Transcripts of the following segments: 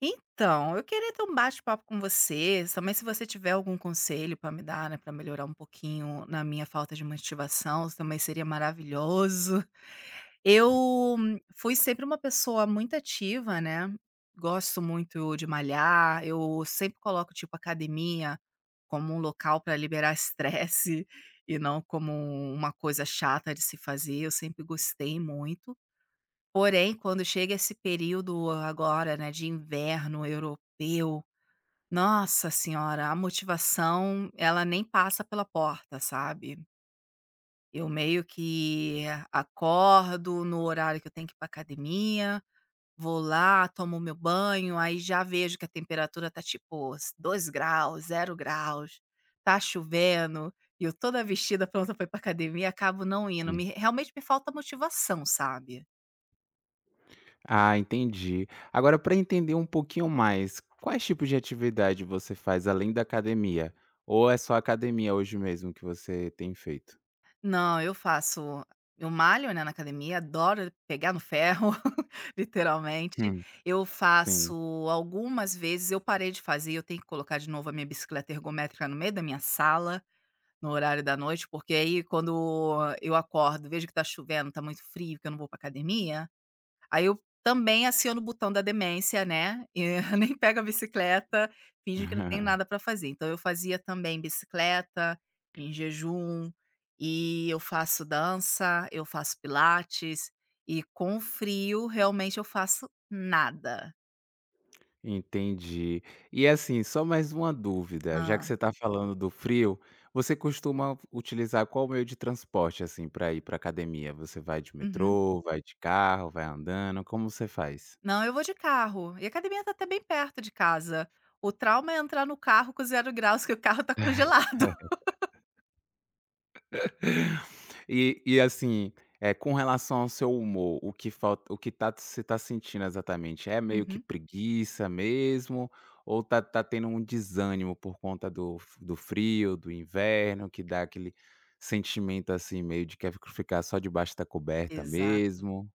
Então, eu queria ter um bate-papo com você, também se você tiver algum conselho para me dar, né, pra melhorar um pouquinho na minha falta de motivação, isso também seria maravilhoso. Eu fui sempre uma pessoa muito ativa, né, gosto muito de malhar, eu sempre coloco, tipo, academia como um local para liberar estresse e não como uma coisa chata de se fazer, eu sempre gostei muito. Porém, quando chega esse período agora, né, de inverno europeu, nossa senhora, a motivação ela nem passa pela porta, sabe. Eu meio que acordo no horário que eu tenho que ir pra academia, vou lá, tomo meu banho, aí já vejo que a temperatura tá tipo 2 graus, 0 graus, tá chovendo, e eu toda vestida pronta pra ir pra academia, acabo não indo. Hum. Me realmente me falta motivação, sabe. Ah, entendi. Agora, para entender um pouquinho mais, quais tipos de atividade você faz além da academia? Ou é só academia hoje mesmo que você tem feito? Não, eu malho, né, na academia, adoro pegar no ferro, literalmente. Hum, Eu faço sim. algumas vezes eu parei de fazer, eu tenho que colocar de novo a minha bicicleta ergométrica no meio da minha sala, no horário da noite, porque aí quando eu acordo, vejo que tá chovendo, tá muito frio, que eu não vou pra academia. Aí eu também aciono o botão da demência, né, nem pego a bicicleta, finjo que não tem nada para fazer. Então eu fazia também bicicleta, em jejum, e eu faço dança, eu faço pilates, e com frio realmente eu faço nada. Entendi. E assim, só mais uma dúvida, já que Hã. você está falando do frio, você costuma utilizar qual meio de transporte assim para ir para academia? Você vai de Uhum. metrô, vai de carro, vai andando? Como você faz? Não, eu vou de carro, e a academia tá até bem perto de casa. O trauma é entrar no carro com 0 graus que o carro tá congelado. E assim, com relação ao seu humor, o que você está sentindo exatamente? É meio que Uhum. preguiça mesmo ou tá tá tendo um desânimo por conta do frio, do inverno, que dá aquele sentimento, assim, meio de quer ficar só debaixo da coberta Exato. mesmo?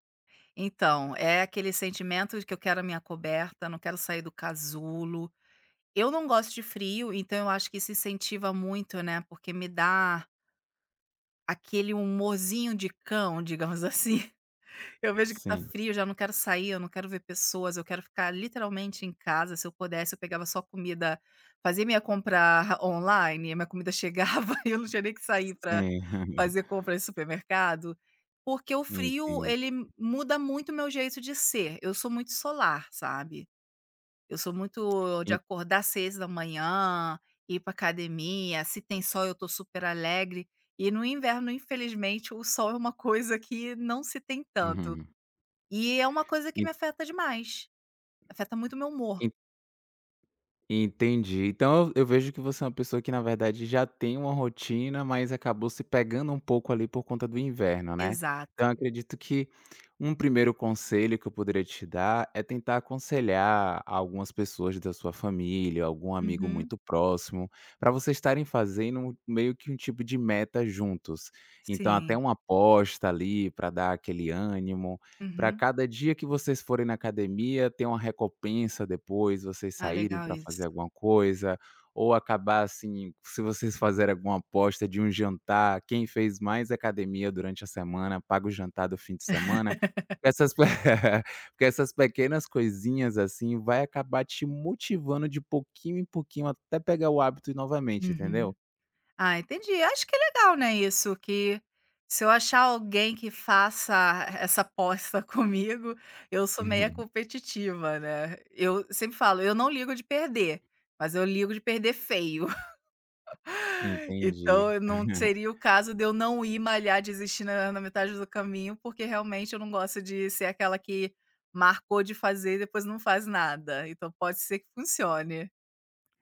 Então, é aquele sentimento de que eu quero a minha coberta, não quero sair do casulo. Eu não gosto de frio, então eu acho que isso incentiva muito, né? Porque me dá aquele humorzinho de cão, digamos, assim. Eu vejo que tá Sim, frio, já não quero sair, eu não quero ver pessoas, eu quero ficar literalmente em casa. Se eu pudesse, eu pegava só comida, fazia minha compra online, a minha comida chegava e eu não tinha nem que sair para sim. fazer compra em supermercado, porque o frio Entendi. ele muda muito o meu jeito de ser. Eu sou muito solar, sabe. Eu sou muito de En, acordar às 6 da manhã, ir pra academia, se tem sol eu tô super alegre, e no inverno infelizmente o sol é uma coisa que não se tem tanto. uhum. E é uma coisa que me En, afeta demais, afeta muito o meu humor. entendi. Então eu vejo que você é uma pessoa que, na verdade, já tem uma rotina, mas acabou se pegando um pouco ali por conta do inverno, né. Então Exato. eu acredito que um primeiro conselho que eu poderia te dar é tentar aconselhar algumas pessoas da sua família, algum amigo Uhum. muito próximo, para vocês estarem fazendo um meio que um tipo de meta juntos. Então até Sim. uma aposta ali para dar aquele ânimo, para Uhum. cada dia que vocês forem na academia, ter uma recompensa depois, vocês Ah, saírem legal para fazer isso. alguma coisa, ou acabar, assim, se vocês fizerem alguma aposta de um jantar, quem fez mais academia durante a semana, paga o jantar do fim de semana. Essas pe Porque essas pequenas coisinhas, assim, vai acabar te motivando de pouquinho em pouquinho até pegar o hábito novamente, Uhum. entendeu? Ah, entendi. Acho que é legal, né, isso, que se eu achar alguém que faça essa aposta comigo, eu sou meia competitiva, né. Eu sempre falo: "Eu não ligo de perder, mas eu ligo de perder feio". Entendi. Então, não seria o caso de eu não ir malhar, desistir na metade do caminho, porque realmente eu não gosto de ser aquela que marcou de fazer e depois não faz nada, então pode ser que funcione.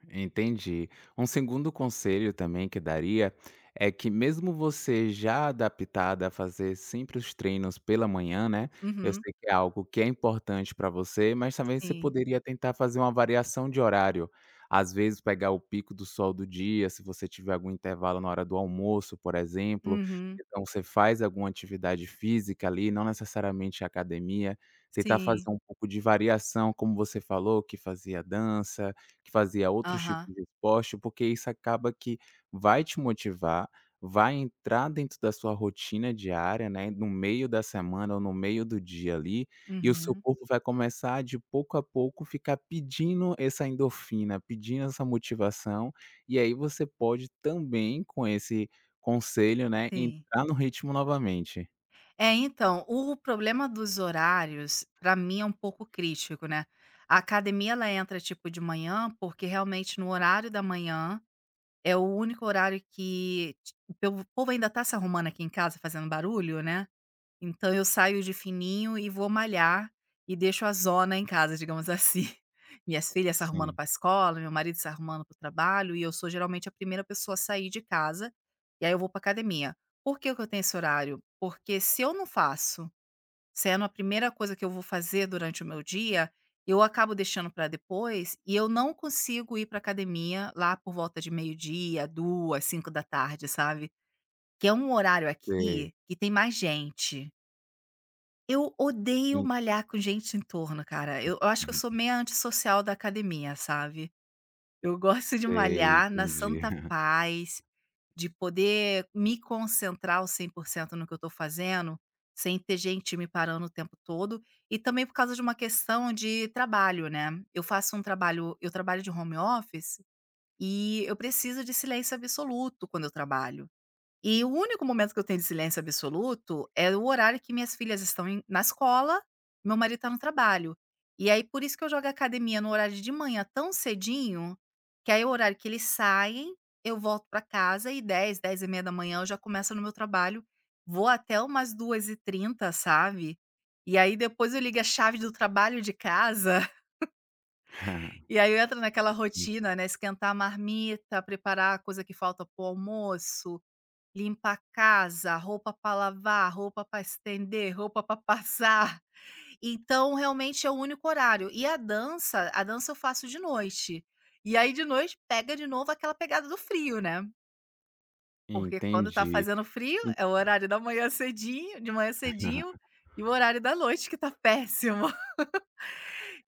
Entendi. Um segundo conselho também que daria é que mesmo você já adaptada a fazer sempre os treinos pela manhã, né, eu Uhum, sei que é algo que é importante para você, mas também você sim. poderia tentar fazer uma variação de horário. Às vezes pegar o pico do sol do dia, se você tiver algum intervalo na hora do almoço, por exemplo, Uhum, então você faz alguma atividade física ali, não necessariamente academia, tentar sim. fazer um pouco de variação, como você falou que fazia dança, que fazia outros Aham. tipos de esporte, porque isso acaba que vai te motivar, vai entrar dentro da sua rotina diária, né, no meio da semana ou no meio do dia ali, e o seu Uhum, corpo vai começar de pouco a pouco ficar pedindo essa endorfina, pedindo essa motivação, e aí você pode também com esse conselho, né, sim. entrar no ritmo novamente. É, então, o problema dos horários, para mim, é um pouco crítico, né. A academia, ela entra, tipo, de manhã, porque realmente no horário da manhã é o único horário que ti o peu o povo ainda tá se arrumando aqui em casa, fazendo barulho, né, então eu saio de fininho e vou malhar e deixo a zona em casa, digamos assim. Minhas filhas se arrumando Sim, pra escola, meu marido se arrumando para o trabalho e eu sou geralmente a primeira pessoa a sair de casa, e aí eu vou para academia. Por que que eu tenho esse horário? Porque se eu não faço. Sendo a primeira coisa que eu vou fazer durante o meu dia, eu acabo deixando para depois e eu não consigo ir para academia lá por volta de meio-dia, duas, cinco da tarde, sabe. Que é um horário aqui sei, que tem mais gente. Eu odeio en, malhar com gente em torno, cara. Eu acho que eu sou meio antissocial da academia, sabe. Eu gosto de sei, malhar na entendi. santa paz, de poder me concentrar aos 100% no que eu estou fazendo, sem ter gente me parando o tempo todo, e também por causa de uma questão de trabalho, né. Eu trabalho de home office, e eu preciso de silêncio absoluto quando eu trabalho. E o único momento que eu tenho de silêncio absoluto é o horário que minhas filhas estão na escola, meu marido está no trabalho. E aí por isso que eu jogo a academia no horário de manhã tão cedinho, que aí é o horário que eles saem, eu volto para casa e 10, 10:30 da manhã eu já começo no meu trabalho, vou até umas 2:30, sabe. E aí depois eu ligo a chave do trabalho de casa, e aí eu entro naquela rotina, né, esquentar a marmita, preparar a coisa que falta para almoço, limpa a casa, roupa para lavar, roupa para estender, roupa para passar. Então, realmente, é o único horário. E a dança eu faço de noite. E aí, de noite, pega de novo aquela pegada do frio, né. Porque quando tá Entendi. fazendo frio, En. é o horário da manhã cedinho e o horário da noite que tá péssimo.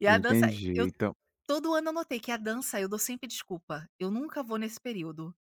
E a dança Entendi. eu Então, todo ano anotei que a dança eu dou sempre desculpa. Eu nunca vou nesse período.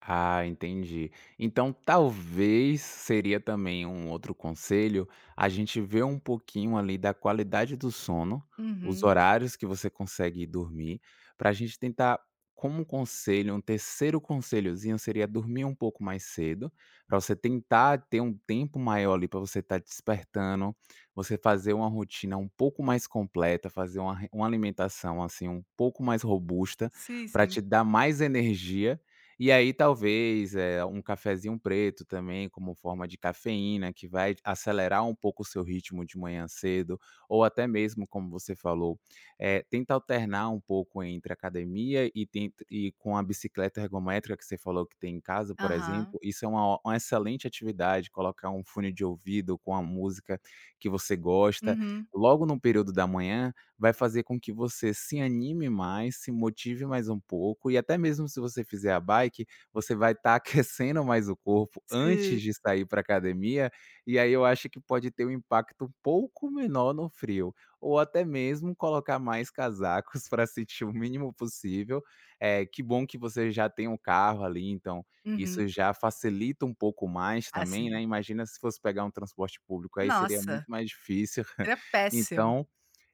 ah, entendi. Então, talvez seria também um outro conselho a gente ver um pouquinho ali da qualidade do sono, os Uhum. horários que você consegue dormir, para a gente tentar, como conselho, um terceiro conselhozinho seria dormir um pouco mais cedo, para você tentar ter um tempo maior ali para você estar despertando, você fazer uma rotina um pouco mais completa, fazer uma, uma alimentação assim um pouco mais robusta, Sim, para sim. te dar mais energia e aí talvez, é um cafezinho preto também como forma de cafeína que vai acelerar um pouco o seu ritmo de manhã cedo, ou até mesmo como você falou, tenta alternar um pouco entre academia e tenta e com a bicicleta ergométrica que você falou que tem em casa, por Aham. exemplo, isso é uma excelente atividade, colocar um fone de ouvido com a música que você gosta, Uhum. logo no período da manhã, vai fazer com que você se anime mais, se motive mais um pouco e até mesmo se você fizer a bike, você vai estar aquecendo mais o corpo Sim. antes de sair para academia, e aí eu acho que pode ter um impacto um pouco menor no frio, ou até mesmo colocar mais casacos para sentir o mínimo possível. Eh, que bom que você já tem um carro ali, então Uhum. isso já facilita um pouco mais também, assim né, imagina se fosse pegar um transporte público, aí seria Nossa, muito mais difícil. seria péssimo. Então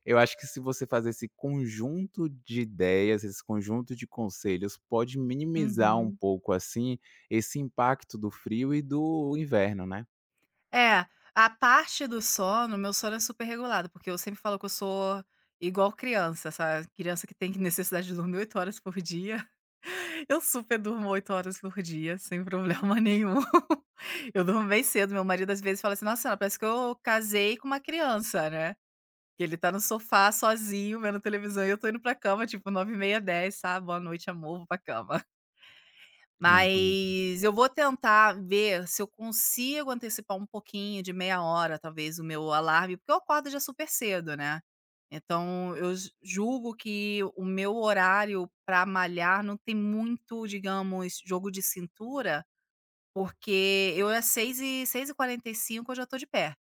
eu acho que se você fazer esse conjunto de ideias, esse conjunto de conselhos, pode minimizar um Uhum. pouco, assim, esse impacto do frio e do inverno, né. É, a parte do sono, meu sono é super regulado, porque eu sempre falo que eu sou igual criança, sabe, criança que tem necessidade de dormir 8 horas por dia, eu super durmo 8 horas por dia, sem problema nenhum. Eu durmo bem cedo, meu marido às vezes fala assim: "Nossa senhora, parece que eu casei com uma criança, né". Que ele tá no sofá sozinho vendo televisão e eu tô indo pra cama tipo nove e meia, dez, sabe. "Boa noite amor, vou pra cama". Entendi. Mas eu vou tentar ver se eu consigo antecipar um pouquinho, de meia hora talvez, o meu alarme, porque eu acordo já super cedo, né. Então eu ju julgo que o meu horário para malhar não tem muito, digamos, jogo de cintura, porque eu às seis e quarenta e cinco eu já tô de pé.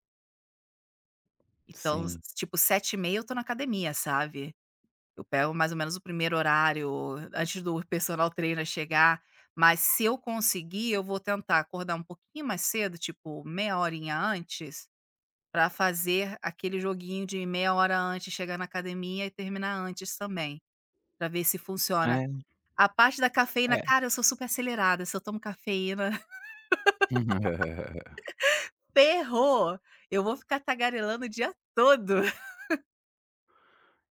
Então, Sim. tipo 7:30 eu tô na academia, sabe. Eu pego mais ou menos o primeiro horário, antes do personal trainer chegar, mas se eu conseguir, eu vou tentar acordar um pouquinho mais cedo, tipo meia horinha antes, para fazer aquele joguinho de meia hora antes, chegar na academia e terminar antes também, para ver se funciona. É, A parte da cafeína, é. cara, eu sou super acelerada, se eu tomo cafeína, ferrou! Eu vou ficar tagarelando o dia todo.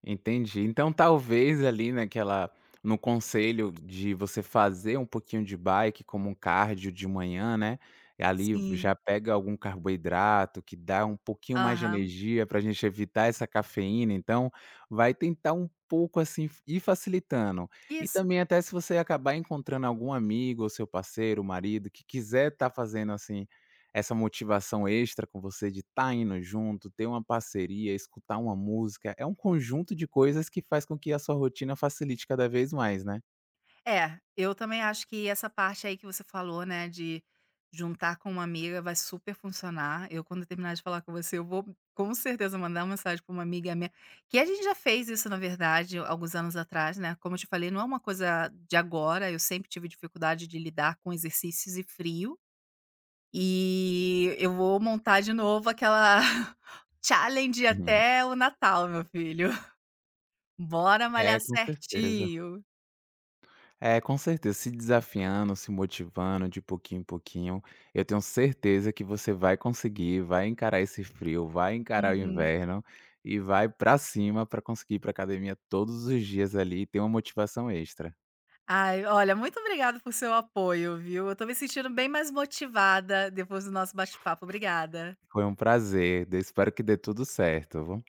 Entendi. Então, talvez ali naquela no conselho de você fazer um pouquinho de bike como um cardio de manhã, né, e ali Sim. já pega algum carboidrato que dá um pouquinho mais de Aham. energia para a gente evitar essa cafeína, então vai tentar um pouco, assim, f ir facilitando. E Isso. também até se você acabar encontrando algum amigo ou seu parceiro, marido, que quiser estar fazendo, assim, essa motivação extra com você de estar indo junto, ter uma parceria, escutar uma música, é um conjunto de coisas que faz com que a sua rotina facilite cada vez mais, né. É, eu também acho que essa parte aí que você falou, né, de juntar com uma amiga vai super funcionar. Eu, quando terminar de falar com você, eu vou com certeza mandar uma mensagem para uma amiga minha, que a gente já fez isso, na verdade, alguns anos atrás, né? Como eu te falei, não é uma coisa de agora, eu sempre tive dificuldade de lidar com exercícios e frio. E eu vou montar de novo aquela challenge Uhum. até o Natal, meu filho. Bora malhar É, com certeza. certinho. É, com certeza, se desafiando, se motivando de pouquinho em pouquinho, eu tenho certeza que você vai conseguir, vai encarar esse frio, vai encarar o Uhum. inverno e vai pra cima pra conseguir ir pra academia todos os dias ali e ter uma motivação extra. Ai, olha, muito obrigada por seu apoio, viu? Eu tô me sentindo bem mais motivada depois do nosso bate-papo. Obrigada. Foi um prazer, de espero que dê tudo certo, viu.